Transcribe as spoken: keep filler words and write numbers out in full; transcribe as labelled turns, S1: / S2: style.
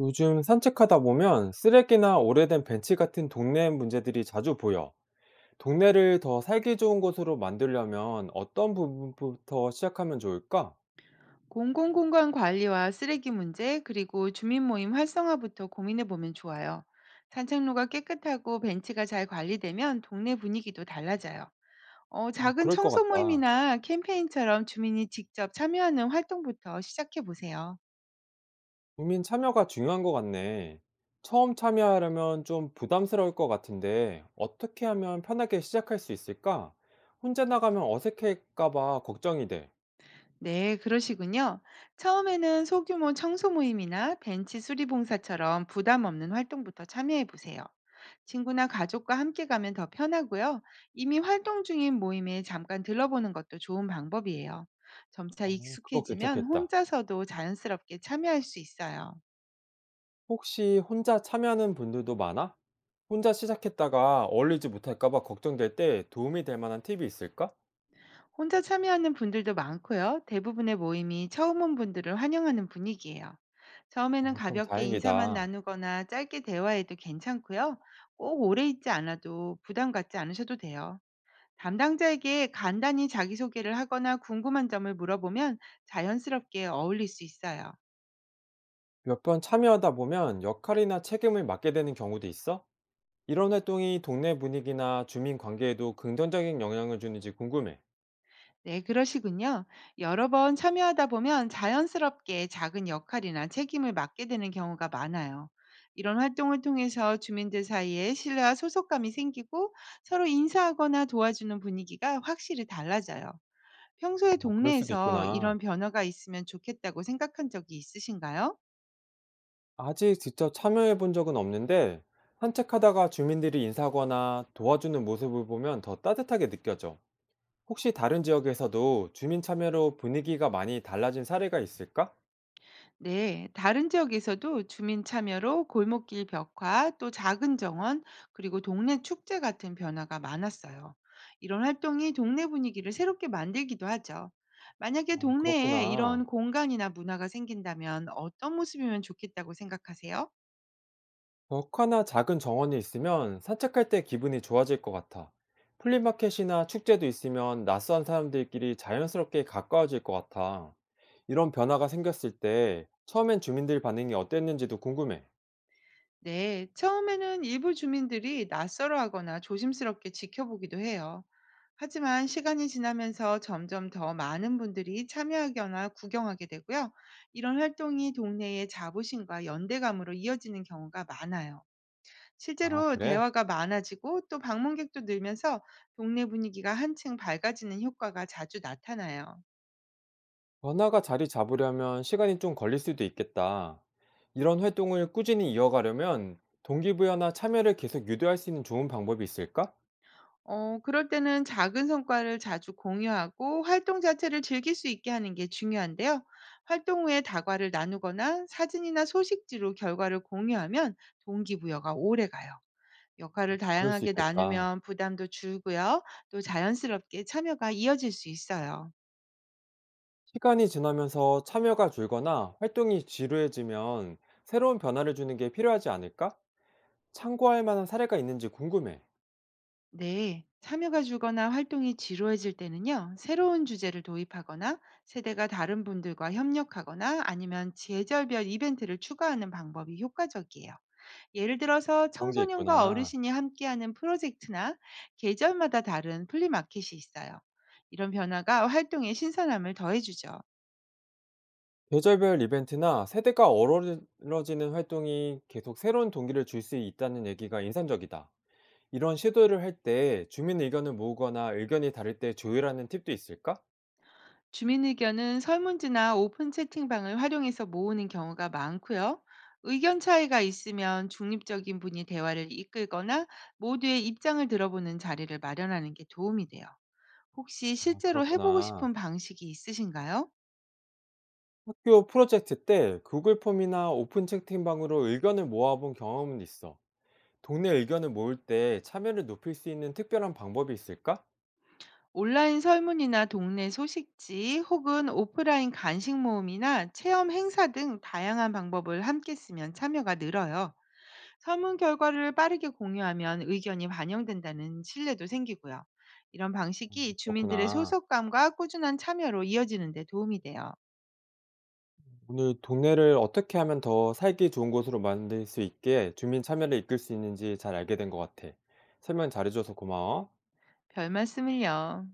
S1: 요즘 산책하다 보면 쓰레기나 오래된 벤치 같은 동네 문제들이 자주 보여. 동네를 더 살기 좋은 곳으로 만들려면 어떤 부분부터 시작하면 좋을까?
S2: 공공공간 관리와 쓰레기 문제, 그리고 주민 모임 활성화부터 고민해 보면 좋아요. 산책로가 깨끗하고 벤치가 잘 관리되면 동네 분위기도 달라져요. 어,
S1: 어,
S2: 작은
S1: 그럴 것
S2: 청소
S1: 같다.
S2: 모임이나 캠페인처럼 주민이 직접 참여하는 활동부터 시작해 보세요.
S1: 국민 참여가 중요한 것 같네. 처음 참여하려면 좀 부담스러울 것 같은데 어떻게 하면 편하게 시작할 수 있을까? 혼자 나가면 어색할까 봐 걱정이 돼.
S2: 네, 그러시군요. 처음에는 소규모 청소 모임이나 벤치 수리 봉사처럼 부담 없는 활동부터 참여해 보세요. 친구나 가족과 함께 가면 더 편하고요. 이미 활동 중인 모임에 잠깐 들러보는 것도 좋은 방법이에요. 점차
S1: 어, 그거
S2: 익숙해지면
S1: 괜찮겠다.
S2: 혼자서도 자연스럽게 참여할 수 있어요.
S1: 혹시 혼자 참여하는 분들도 많아? 혼자 시작했다가 어울리지 못할까 봐 걱정될 때 도움이 될 만한 팁이 있을까?
S2: 혼자 참여하는 분들도 많고요. 대부분의 모임이 처음 온 분들을 환영하는 분위기예요. 처음에는
S1: 아, 그럼
S2: 가볍게 인사만
S1: 다행이다.
S2: 나누거나 짧게 대화해도 괜찮고요. 꼭 오래 있지 않아도 부담 갖지 않으셔도 돼요. 담당자에게 간단히 자기소개를 하거나 궁금한 점을 물어보면 자연스럽게 어울릴 수 있어요.
S1: 몇 번 참여하다 보면 역할이나 책임을 맡게 되는 경우도 있어? 이런 활동이 동네 분위기나 주민 관계에도 긍정적인 영향을 주는지 궁금해.
S2: 네, 그러시군요. 여러 번 참여하다 보면 자연스럽게 작은 역할이나 책임을 맡게 되는 경우가 많아요. 이런 활동을 통해서 주민들 사이에 신뢰와 소속감이 생기고 서로 인사하거나 도와주는 분위기가 확실히 달라져요. 평소에
S1: 아, 그럴 수도
S2: 동네에서
S1: 있구나.
S2: 이런 변화가 있으면 좋겠다고 생각한 적이 있으신가요?
S1: 아직 직접 참여해 본 적은 없는데 산책하다가 주민들이 인사하거나 도와주는 모습을 보면 더 따뜻하게 느껴져. 혹시 다른 지역에서도 주민 참여로 분위기가 많이 달라진 사례가 있을까?
S2: 네, 다른 지역에서도 주민 참여로 골목길 벽화, 또 작은 정원, 그리고 동네 축제 같은 변화가 많았어요. 이런 활동이 동네 분위기를 새롭게 만들기도 하죠. 만약에
S1: 아,
S2: 동네에 이런
S1: 그렇구나.
S2: 공간이나 문화가 생긴다면 어떤 모습이면 좋겠다고 생각하세요?
S1: 벽화나 작은 정원이 있으면 산책할 때 기분이 좋아질 것 같아. 플리마켓이나 축제도 있으면 낯선 사람들끼리 자연스럽게 가까워질 것 같아. 이런 변화가 생겼을 때 처음엔 주민들 반응이 어땠는지도 궁금해.
S2: 네, 처음에는 일부 주민들이 낯설어하거나 조심스럽게 지켜보기도 해요. 하지만 시간이 지나면서 점점 더 많은 분들이 참여하거나 구경하게 되고요. 이런 활동이 동네의 자부심과 연대감으로 이어지는 경우가 많아요.
S1: 아,
S2: 실제로
S1: 그래?
S2: 대화가 많아지고 또 방문객도 늘면서 동네 분위기가 한층 밝아지는 효과가 자주 나타나요.
S1: 변화가 자리 잡으려면 시간이 좀 걸릴 수도 있겠다. 이런 활동을 꾸준히 이어가려면 동기부여나 참여를 계속 유도할 수 있는 좋은 방법이 있을까?
S2: 어, 그럴 때는 작은 성과를 자주 공유하고 활동 자체를 즐길 수 있게 하는 게 중요한데요. 활동 후에 다과를 나누거나 사진이나 소식지로 결과를 공유하면 동기부여가 오래 가요. 역할을
S1: 그럴 수
S2: 다양하게
S1: 있겠다.
S2: 나누면 부담도 줄고요. 또 자연스럽게 참여가 이어질 수 있어요.
S1: 시간이 지나면서 참여가 줄거나 활동이 지루해지면 새로운 변화를 주는 게 필요하지 않을까? 참고할 만한 사례가 있는지 궁금해.
S2: 네. 참여가 줄거나 활동이 지루해질 때는요, 새로운 주제를 도입하거나 세대가 다른 분들과 협력하거나 아니면 계절별 이벤트를 추가하는 방법이 효과적이에요. 예를 들어서
S1: 그런 게
S2: 청소년과
S1: 있구나.
S2: 어르신이 함께하는 프로젝트나 계절마다 다른 플리마켓이 있어요. 이런 변화가 활동의 신선함을 더해주죠.
S1: 계절별 이벤트나 세대가 어우러지는 활동이 계속 새로운 동기를 줄 수 있다는 얘기가 인상적이다. 이런 시도를 할 때 주민 의견을 모으거나 의견이 다를 때 조율하는 팁도 있을까?
S2: 주민 의견은 설문지나 오픈 채팅방을 활용해서 모으는 경우가 많고요. 의견 차이가 있으면 중립적인 분이 대화를 이끌거나 모두의 입장을 들어보는 자리를 마련하는 게 도움이 돼요. 혹시
S1: 아,
S2: 실제로 해보고
S1: 그렇구나.
S2: 싶은 방식이 있으신가요?
S1: 학교 프로젝트 때 구글 폼이나 오픈 채팅방으로 의견을 모아본 경험은 있어. 동네 의견을 모을 때 참여를 높일 수 있는 특별한 방법이 있을까?
S2: 온라인 설문이나 동네 소식지 혹은 오프라인 간식 모음이나 체험 행사 등 다양한 방법을 함께 쓰면 참여가 늘어요. 설문 결과를 빠르게 공유하면 의견이 반영된다는 신뢰도 생기고요. 이런 방식이 주민들의
S1: 그렇구나.
S2: 소속감과 꾸준한 참여로 이어지는 데 도움이 돼요.
S1: 오늘 동네를 어떻게 하면 더 살기 좋은 곳으로 만들 수 있게 주민 참여를 이끌 수 있는지 잘 알게 된 것 같아. 설명 잘해줘서 고마워.
S2: 별 말씀을요.